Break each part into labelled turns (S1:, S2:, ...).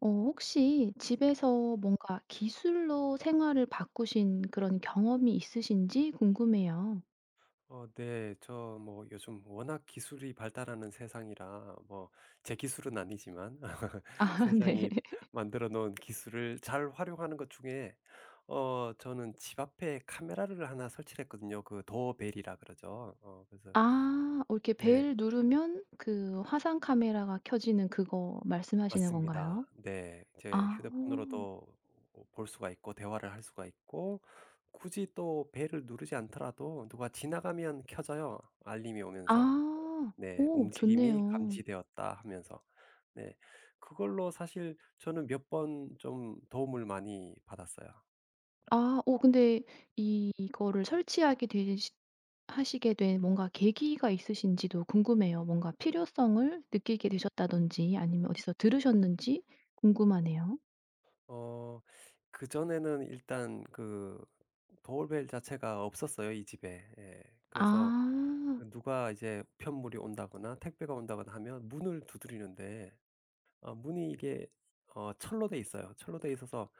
S1: 어 혹시 집에서 뭔가 기술로 생활을 바꾸신 그런 경험이 있으신지 궁금해요.
S2: 네. 저 뭐 요즘 워낙 기술이 발달하는 세상이라 뭐 제 기술은 아니지만
S1: 아 네.
S2: 세상이 만들어 놓은 기술을 잘 활용하는 것 중에 저는 집 앞에 카메라를 하나 설치를 했거든요. 그 도어벨이라 그러죠. 그래서
S1: 아. 어 이렇게
S2: 네.
S1: 벨 누르면 그 화상 카메라가 켜지는 그거 말씀하시는 건가요?
S2: 맞습니다. 네. 이제
S1: 아.
S2: 휴대폰으로도 볼 수가 있고, 대화를 할 수가 있고, 굳이 또 벨을 누르지 않더라도 누가 지나가면 켜져요, 알림이 오면서.
S1: 아.
S2: 네.
S1: 오
S2: "움직임이
S1: 좋네요.
S2: 감지되었다." 하면서. 네. 그걸로 사실 저는 몇 번 좀 도움을 많이 받았어요.
S1: 아 어 근데 이거를 설치하게 되시 하시게 된 뭔가 계기가 있으신지도 궁금해요. 뭔가 필요성을 느끼게 되셨다든지 아니면 어디서 들으셨는지 궁금하네요.
S2: 어 그전에는 일단 그 도어벨 자체가 없었어요, 이 집에. 예. 그래서
S1: 아.
S2: 그 누가 이제 우편물이 온다거나 택배가 온다거나 하면 문을 두드리는데, 문이 이게 철로 돼 있어요. 철로 돼 있어서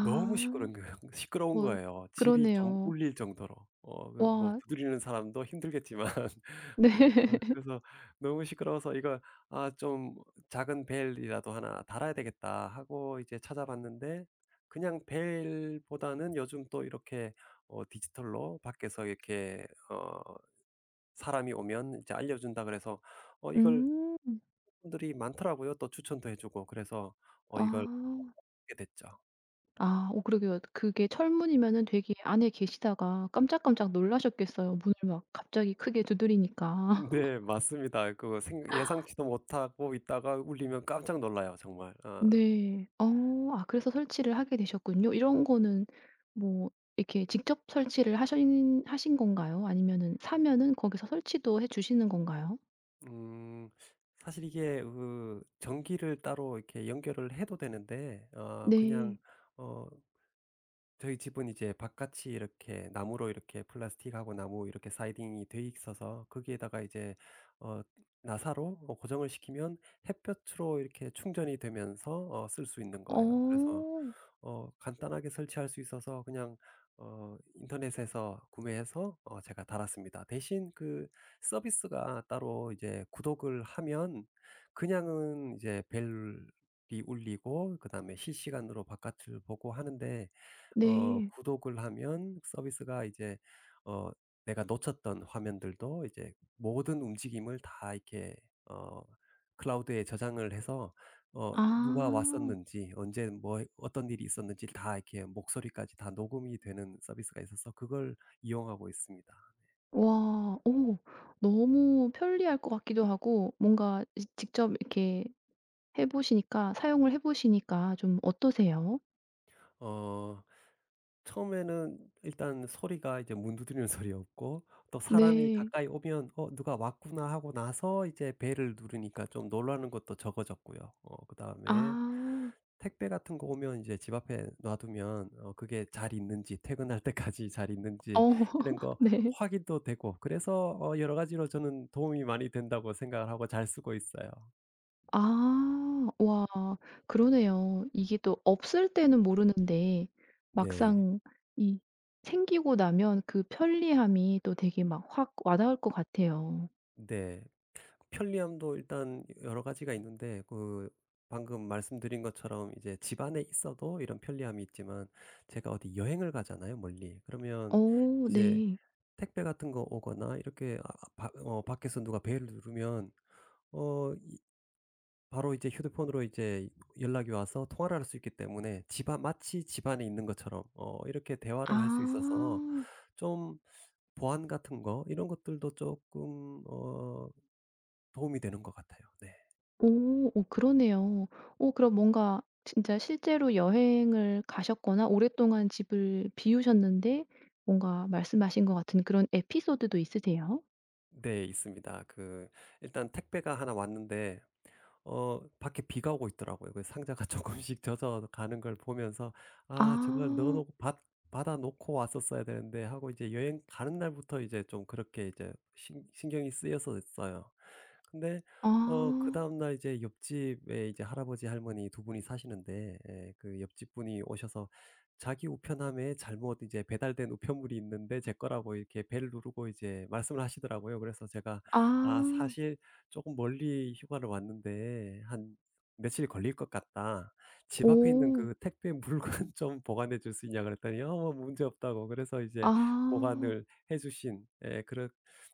S2: 너무 시끄러운 거예요. 시끄러운
S1: 뭐
S2: 거예요. 집이 좀
S1: 그러네요.
S2: 울릴 정도로. 그뭐
S1: 와
S2: 두드리는 사람도 힘들겠지만.
S1: 네.
S2: 아, 그래서 너무 시끄러워서 이걸 '아, 좀 작은 벨이라도 하나 달아야 되겠다.' 하고 이제 찾아봤는데, 그냥 벨보다는 요즘 또 이렇게 디지털로 밖에서 이렇게 어 사람이 오면 이제 알려준다 그래서 이걸
S1: 음.
S2: 분들이 많더라고요. 또 추천도 해 주고 그래서
S1: 아.
S2: 이걸 하게 됐죠.
S1: 아 오, 그러게요. 그게 철문이면은 되게 안에 계시다가 깜짝깜짝 놀라셨겠어요. 문을 막 갑자기 크게 두드리니까.
S2: 네, 맞습니다. 그 생 예상치도 못하고 있다가 울리면 깜짝 놀라요, 정말. 아.
S1: 네. 어 아 그래서 설치를 하게 되셨군요. 이런 거는 뭐 이렇게 직접 설치를 하신 건가요? 아니면은 사면은 거기서 설치도 해 주시는 건가요?
S2: 음. 사실 이게 그 전기를 따로 이렇게 연결을 해도 되는데, 그냥
S1: 네.
S2: 어 저희 집은 이제 바깥이 이렇게 나무로, 이렇게 플라스틱하고 나무 이렇게 사이딩이 돼 있어서, 거기에다가 이제 어 나사로 고정을 시키면 햇볕으로 이렇게 충전이 되면서 쓸 수 있는 거예요. 그래서
S1: 어
S2: 간단하게 설치할 수 있어서 그냥 인터넷에서 구매해서 제가 달았습니다. 대신 그 서비스가 따로 이제 구독을 하면, 그냥은 이제 벨이 울리고 그다음에 실시간으로 바깥을 보고 하는데,
S1: 네.
S2: 구독을 하면 서비스가 이제 어 내가 놓쳤던 화면들도, 이제 모든 움직임을 다 이렇게 어 클라우드에 저장을 해서, 누가
S1: 아.
S2: 왔었는지, 언제 뭐 어떤 일이 있었는지 다 이렇게, 목소리까지 다 녹음이 되는 서비스가 있어서 그걸 이용하고 있습니다.
S1: 와. 오 너무 편리할 것 같기도 하고 뭔가 직접 이렇게 해 보시니까 사용을 해 보시니까 좀 어떠세요?
S2: 어 처음에는 일단 소리가 이제 문 두드리는 소리였고, 또 사람이
S1: 네.
S2: 가까이 오면 '어 누가 왔구나.' 하고 나서 이제 벨을 누르니까 좀 놀라는 것도 적어졌고요. 그다음에
S1: 아.
S2: 택배 같은 거 오면 이제 집 앞에 놔두면 그게 잘 있는지, 퇴근할 때까지 잘 있는지
S1: 어
S2: 이런 거
S1: 네.
S2: 확인도 되고, 그래서 여러 가지로 저는 도움이 많이 된다고 생각을 하고 잘 쓰고 있어요.
S1: 아. 와 그러네요. 이게 또 없을 때는 모르는데
S2: 네.
S1: 막상 이 생기고 나면 그 편리함이 또 되게 막 확 와닿을 것 같아요.
S2: 네. 편리함도 일단 여러 가지가 있는데, 그 방금 말씀드린 것처럼 이제 집 안에 있어도 이런 편리함이 있지만, 제가 어디 여행을 가잖아요, 멀리.
S1: 어
S2: 그러면 이제
S1: 네.
S2: 택배 같은 거 오거나, 이렇게 아 아 바 어 밖에서 누가 벨을 누르면 어 바로 이제 휴대폰으로 이제 연락이 와서 통화를 할 수 있기 때문에, 집안 마치 집 안에 있는 것처럼 이렇게 대화를 할 수 있어서,
S1: 아.
S2: 좀 보안 같은 거 이런 것들도 조금 도움이 되는 것 같아요. 네.
S1: 오. 오 그러네요. 오, 그럼 뭔가 진짜 실제로 여행을 가셨거나 오랫동안 집을 비우셨는데 뭔가 말씀하신 것 같은 그런 에피소드도 있으세요?
S2: 네, 있습니다. 그 일단 택배가 하나 왔는데 밖에 비가 오고 있더라고요. 그 상자가 조금씩 젖어 가는 걸 보면서 '아, 저걸 넣어
S1: 아.
S2: 놓고 받 받아 놓고 왔었어야 되는데.' 하고 이제 여행 가는 날부터 이제 좀 그렇게 이제 신 신경이 쓰였었어요. 근데
S1: 아.
S2: 그다음 날 이제 옆집에, 이제 할아버지 할머니 두 분이 사시는데, 예, 그 옆집 분이 오셔서 자기 우편함에 잘못 이제 배달된 우편물이 있는데 제 거라고, 이렇게 벨 누르고 이제 말씀을 하시더라고요. 그래서 제가 "아,
S1: 아.
S2: 사실 조금 멀리 휴가를 왔는데 한 며칠 걸릴 것 같다. 집 앞에 있는
S1: 오.
S2: 그 택배 물건 좀 보관해 줄 수 있냐" 그랬더니, 뭐 문제 없다고. 그래서 이제
S1: 아.
S2: 보관을 해 주신, 예, 그런.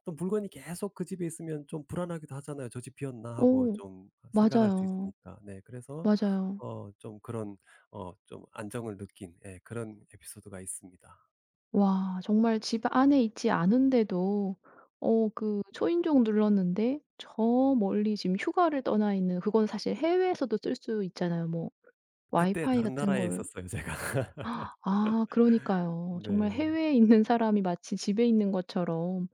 S2: 또 물건이 계속 그 집에 있으면 좀 불안하기도 하잖아요. '저 집 비었나?' 하고
S1: 오.
S2: 좀 생각할 수
S1: 맞아요.
S2: 있으니까. 네, 그래서
S1: 맞아요.
S2: 좀 그런 좀 안정을 느낀, 예, 그런 에피소드가 있습니다.
S1: 와 정말 집 안에 있지 않은데도 어 그 초인종 눌렀는데 저 멀리 지금 휴가를 떠나 있는 그건 사실 해외에서도 쓸 수 있잖아요. 뭐
S2: 그때
S1: 와이파이
S2: 다른
S1: 같은
S2: 나라에
S1: 걸
S2: 있었어요, 제가.
S1: 아 그러니까요. 정말
S2: 네.
S1: 해외에 있는 사람이 마치 집에 있는 것처럼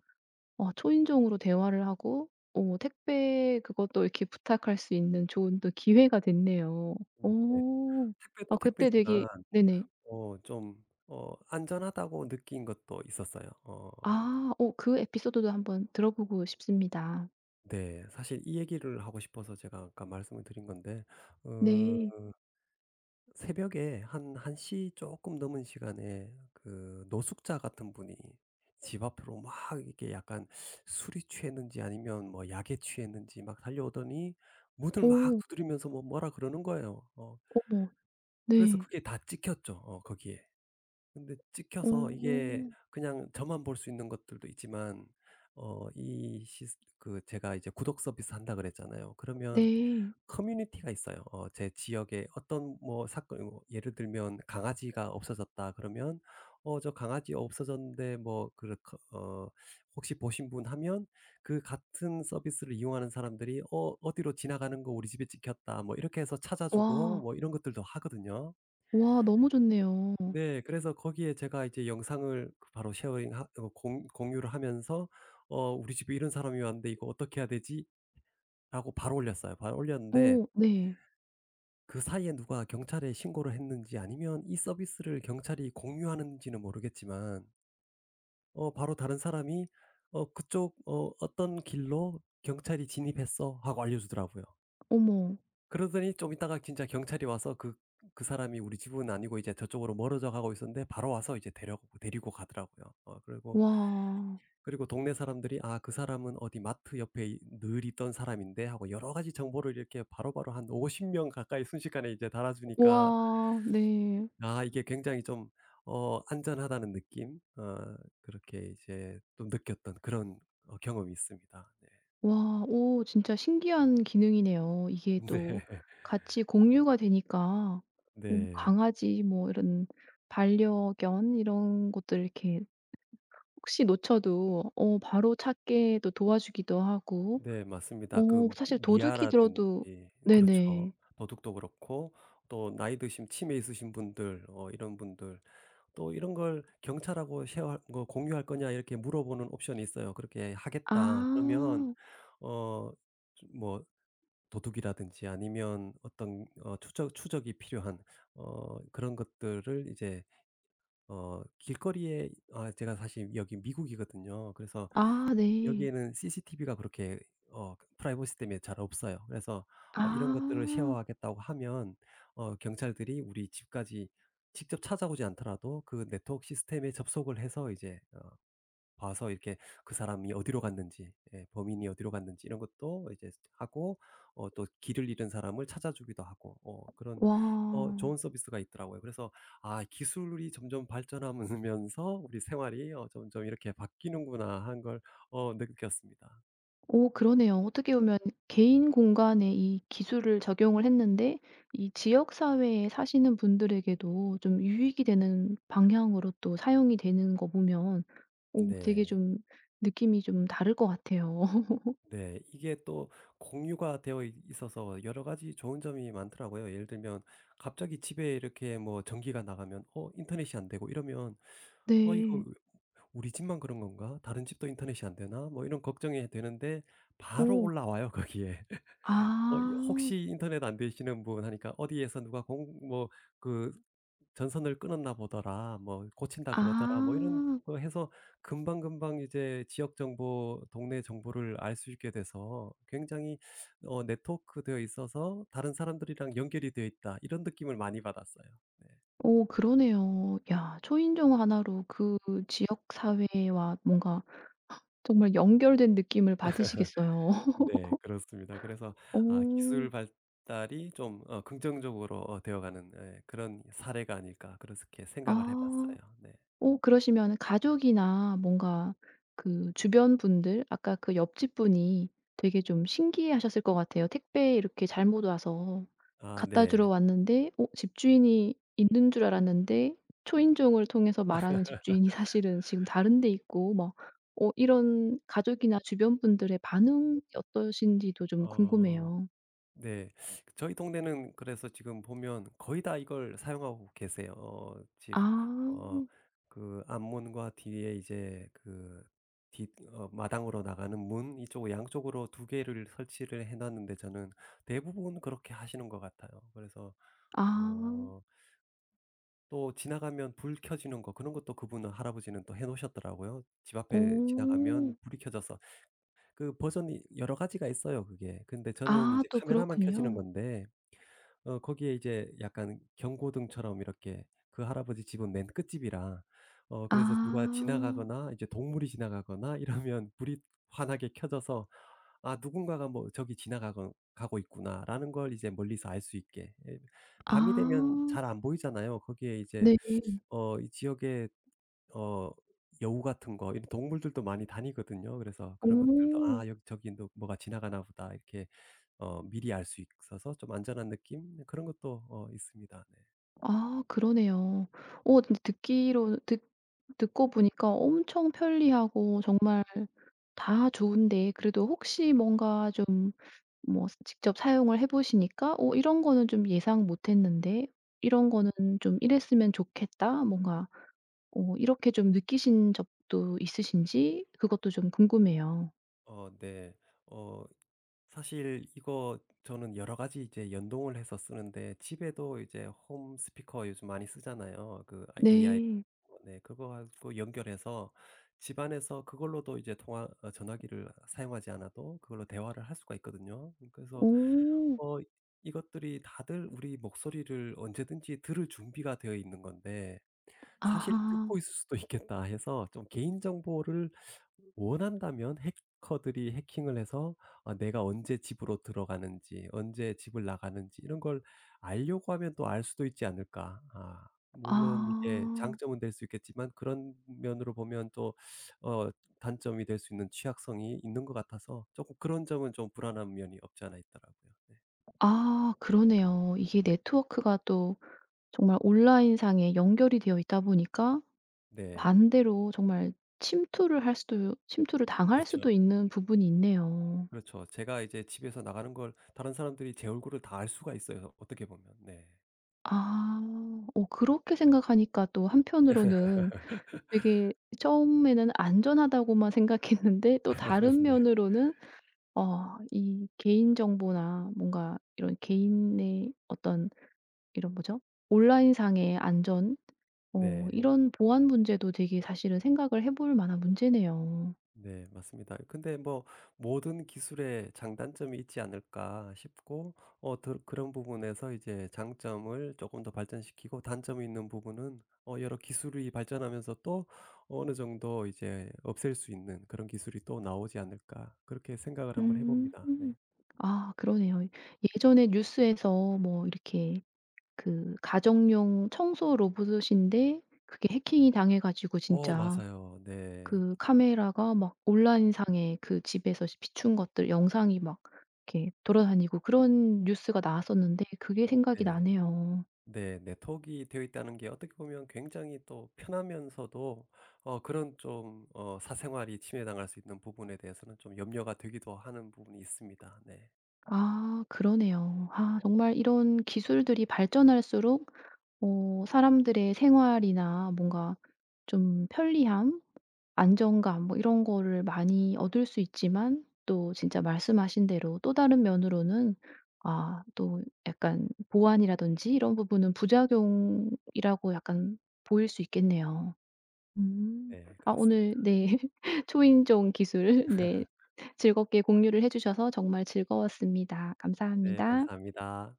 S1: 어 초인종으로 대화를 하고 어 택배 그것도 이렇게 부탁할 수 있는 좋은 또 기회가 됐네요.
S2: 음, 네.
S1: 오, 아
S2: 택배도
S1: 그때 되게
S2: 택배지만
S1: 네네.
S2: 좀 안전하다고 느낀 것도 있었어요.
S1: 아. 어 그 에피소드도 한번 들어보고 싶습니다.
S2: 네. 사실 이 얘기를 하고 싶어서 제가 아까 말씀을 드린 건데, 어
S1: 네.
S2: 새벽에 한 1시 조금 넘은 시간에 그 노숙자 같은 분이 집 앞으로 막 이렇게 약간, 술이 취했는지 아니면 뭐 약에 취했는지 막 달려오더니 문을 막
S1: 오,
S2: 두드리면서 뭐라 그러는 거예요.
S1: 어머.
S2: 그래서
S1: 네.
S2: 그게 다 찍혔죠. 거기에. 근데 찍혀서 이게
S1: 오,
S2: 그냥 저만 볼 수 있는 것들도 있지만, 어 이 시 그 제가 이제 구독 서비스 한다 그랬잖아요. 그러면
S1: 네.
S2: 커뮤니티가 있어요. 제 지역에 어떤 뭐 사건, 뭐 예를 들면 "강아지가 없어졌다." 그러면 "어 저 강아지 없어졌는데, 뭐 그 어 혹시 보신 분?" 하면 그 같은 서비스를 이용하는 사람들이 "어 어디로 지나가는 거 우리 집에 찍혔다." 뭐 이렇게 해서 찾아주고
S1: 와.
S2: 뭐 이런 것들도 하거든요.
S1: 와 너무 좋네요.
S2: 네. 그래서 거기에 제가 이제 영상을 그 바로 쉐어링 하 어 공 공유를 하면서 "어 우리 집에 이런 사람이 왔는데 이거 어떻게 해야 되지?"라고 바로 올렸어요. 바로 올렸는데
S1: 오, 네.
S2: 그 사이에 누가 경찰에 신고를 했는지, 아니면 이 서비스를 경찰이 공유하는지는 모르겠지만, 바로 다른 사람이 "어 그쪽 어 어떤 길로 경찰이 진입했어." 하고 알려주더라고요.
S1: 어머.
S2: 그러더니 좀 이따가 진짜 경찰이 와서 그 사람이, 우리 집은 아니고 이제 저쪽으로 멀어져 가고 있었는데, 바로 와서 이제 데려 데리고 가더라고요. 그리고.
S1: 와.
S2: 동네 사람들이 '아, 그 사람은 어디 마트 옆에 이 늘 있던 사람인데.' 하고 여러 가지 정보를 이렇게 바로바로, 한 50명 가까이 순식간에 이제 달아 주니까,
S1: 와. 네.
S2: 아, 이게 굉장히 좀 안전하다는 느낌, 그렇게 이제 좀 느꼈던 그런 경험이 있습니다. 네.
S1: 와. 오 진짜 신기한 기능이네요. 이게
S2: 네.
S1: 또 같이 공유가 되니까 뭐
S2: 네.
S1: 강아지 뭐 이런 반려견 이런 것들 이렇게 혹시 놓쳐도 어 바로 찾게 또 도와주기도 하고
S2: 네, 맞습니다.
S1: 어 사실 도둑이 들어도
S2: 미아라든지. 그렇죠.
S1: 네네.
S2: 도둑도 그렇고, 또 나이 드신 치매 있으신 분들, 이런 분들. 또 이런 걸 "경찰하고 쉐어할 거, 공유할 거냐?" 이렇게 물어보는 옵션이 있어요. 그렇게 "하겠다." 그러면
S1: 아.
S2: 어뭐 도둑이라든지 아니면 어떤 추적이 필요한, 그런 것들을 이제 길거리에, 아, 제가 사실 여기 미국이거든요. 그래서
S1: 아 네.
S2: 여기에는 CCTV가 그렇게 그 프라이버시 때문에 잘 없어요. 그래서 이런 것들을
S1: 아.
S2: 쉐어하겠다고 하면 경찰들이 우리 집까지 직접 찾아오지 않더라도 그 네트워크 시스템에 접속을 해서 이제 봐서, 이렇게 그 사람이 어디로 갔는지, 예, 범인이 어디로 갔는지 이런 것도 이제 하고, 또 길을 잃은 사람을 찾아주기도 하고, 그런
S1: 와.
S2: 좋은 서비스가 있더라고요. 그래서 '아, 기술이 점점 발전하면서 우리 생활이 어 점점 이렇게 바뀌는구나.' 한 걸 느꼈습니다.
S1: 오, 그러네요. 어떻게 보면 개인 공간에 이 기술을 적용을 했는데 이 지역 사회에 사시는 분들에게도 좀 유익이 되는 방향으로 또 사용이 되는 거 보면 오, 되게
S2: 네.
S1: 좀 느낌이 좀 다를 것 같아요.
S2: 네. 이게 또 공유가 되어 있 있어서 여러 가지 좋은 점이 많더라고요. 예를 들면, 갑자기 집에 이렇게 뭐 전기가 나가면 인터넷이 안 되고 이러면 '어 이거
S1: 네.
S2: 우리 집만 그런 건가? 다른 집도 인터넷이 안 되나?' 뭐 이런 걱정이 되는데, 바로
S1: 어.
S2: 올라와요, 거기에. 이
S1: 아.
S2: "혹시 인터넷 안 되시는 분?" 하니까 "어디에서 누가 공 뭐 그 전선을 끊었나 보더라." 뭐 "고친다 그러더라." 뭐 이런
S1: 아.
S2: 거 해서, 금방금방 이제 지역 정보, 동네 정보를 알 수 있게 돼서, 굉장히 네트워크되어 있어서 '다른 사람들이랑 연결이 되어 있다.' 이런 느낌을 많이 받았어요. 네.
S1: 오 그러네요. 야 초인종 하나로 그 지역 사회와 뭔가 정말 연결된 느낌을 받으시겠어요.
S2: 네, 그렇습니다. 그래서 아,
S1: 오,
S2: 기술 발달이 좀 긍정적으로 되어가는, 예, 그런 사례가 아닐까, 그렇게 생각을 해
S1: 아.
S2: 봤어요. 네.
S1: 오 그러시면 가족이나 뭔가 그 주변 분들 아까 그 옆집 분이 되게 좀 신기해하셨을 것 같아요. 택배 이렇게 잘못 와서
S2: 아,
S1: 갖다 주러
S2: 네.
S1: 왔는데 어 집주인이 있는 줄 알았는데 초인종을 통해서 말하는 집주인이 사실은 지금 다른 데 있고 막 어 이런 가족이나 주변 분들의 반응이 어떠신지도 좀
S2: 어.
S1: 궁금해요.
S2: 네. 저희 동네는 그래서 지금 보면 거의 다 이걸 사용하고 계세요. 집
S1: 아.
S2: 어 그 앞문과 뒤에, 이제 그 뒤 마당으로 나가는 문 이쪽 양쪽으로 두 개를 설치를 해 놨는데, 저는 대부분 그렇게 하시는 것 같아요. 그래서
S1: 아.
S2: 어 또 지나가면 불 켜지는 거, 그런 것도 그분은, 할아버지는 또 해 놓으셨더라고요. 집 앞에 지나가면
S1: 오
S2: 불이 켜져서. 그 버전이 여러 가지가 있어요, 그게. 근데 저는
S1: 아
S2: 이제
S1: 또
S2: 카메라만 켜지는
S1: 그렇군요.
S2: 건데, 거기에 이제 약간 경고등처럼 이렇게. 그 할아버지 집은 맨 끝집이라
S1: 아.
S2: 그래서 누가 지나가거나 이제 동물이 지나가거나 이러면 불이 환하게 켜져서 '아, 누군가가 뭐 저기 지나가고 가고 있구나.'라는 걸 이제 멀리서 알 수 있게. 예. 밤이 되면
S1: 아
S2: 잘 안 보이잖아요. 거기에 이제
S1: 네.
S2: 이 지역에 어 여우 같은 거 이런 동물들도 많이 다니거든요. 그래서 그런 것들도
S1: 오.
S2: '아, 여기 저기 너 뭐가 지나가나 보다.' 이렇게 미리 알 수 있어서, 좀 안전한 느낌? 네, 그런 것도 있습니다. 네.
S1: 아 그러네요. 어 근데 듣기로 듣 듣고 보니까 엄청 편리하고 정말 다 좋은데 그래도 혹시 뭔가 좀 뭐 직접 사용을 해 보시니까 '어 이런 거는 좀 예상 못 했는데 이런 거는 좀 이랬으면 좋겠다.' 뭔가 어 이렇게 좀 느끼신 적도 있으신지 그것도 좀 궁금해요.
S2: 네. 어 사실 이거 저는 여러 가지 이제 연동을 해서 쓰는데, 집에도 이제 홈 스피커 요즘 많이 쓰잖아요. 그 AI.
S1: 네.
S2: 네, 그거 하고 연결해서 집안에서 그걸로도 이제 통화, 전화기를 사용하지 않아도 그걸로 대화를 할 수가 있거든요. 그래서
S1: 오.
S2: 어 이것들이 다들 우리 목소리를 언제든지 들을 준비가 되어 있는 건데, '사실
S1: 아하.
S2: 듣고 있을 수도 있겠다.' 해서 좀 개인 정보를, 원한다면 해커들이 해킹을 해서 아, 내가 언제 집으로 들어가는지, 언제 집을 나가는지, 이런 걸 알려고 하면 또 알 수도 있지 않을까. 아, 물론 이게
S1: 아.
S2: 장점은 될 수 있겠지만 그런 면으로 보면 또 어 단점이 될 수 있는 취약성이 있는 것 같아서, 조금 그런 점은 좀 불안한 면이 없지 않아 있더라고요. 네.
S1: 아 그러네요. 이게 네트워크가 또 정말 온라인상에 연결이 되어 있다 보니까
S2: 네.
S1: 반대로 정말 침투를 당할
S2: 그렇죠.
S1: 수도 있는 부분이 있네요.
S2: 그렇죠. 제가 이제 집에서 나가는 걸 다른 사람들이 제 얼굴을 다 알 수가 있어요, 어떻게 보면. 네.
S1: 아. 어 그렇게 생각하니까 또 한편으로는 되게 처음에는 안전하다고만 생각했는데 또 다른
S2: 네.
S1: 면으로는 어 이 개인 정보나 뭔가 이런 개인의 어떤 이런 뭐죠? 온라인상의 안전 어
S2: 네.
S1: 이런 보안 문제도 되게 사실은 생각을 해볼 만한 문제네요.
S2: 네. 맞습니다. 근데 뭐 '모든 기술에 장단점이 있지 않을까.' 싶고 더 그런 부분에서 이제 장점을 조금 더 발전시키고, 단점이 있는 부분은 여러 기술이 발전하면서 또 어느 정도 이제 없앨 수 있는 그런 기술이 또 나오지 않을까, 그렇게 생각을 한번 해
S1: 음.
S2: 봅니다. 네.
S1: 아 그러네요. 예전에 뉴스에서 뭐 이렇게 그 가정용 청소 로봇인데 그게 해킹이 당해 가지고 진짜
S2: 맞아요. 네.
S1: 그 카메라가 막 온라인상에 그 집에서 비춘 것들 영상이 막 이렇게 돌아다니고 그런 뉴스가 나왔었는데 그게 생각이
S2: 네.
S1: 나네요.
S2: 네. 네트워크가 되어 있다는 게 어떻게 보면 굉장히 또 편하면서도, 그런 좀 사생활이 침해당할 수 있는 부분에 대해서는 좀 염려가 되기도 하는 부분이 있습니다. 네.
S1: 아 그러네요. 아 정말 이런 기술들이 발전할수록 어 사람들의 생활이나 뭔가 좀 편리함, 안정감 뭐 이런 거를 많이 얻을 수 있지만 또 진짜 말씀하신 대로 또 다른 면으로는 아 또 약간 보안이라든지 이런 부분은 부작용이라고 약간 보일 수 있겠네요. 음.
S2: 네.
S1: 아 오늘
S2: 그렇습니다.
S1: 네. 초인종 기술을 네. 즐겁게 공유를 해 주셔서 정말 즐거웠습니다.
S2: 네.
S1: 감사합니다.
S2: 감사합니다.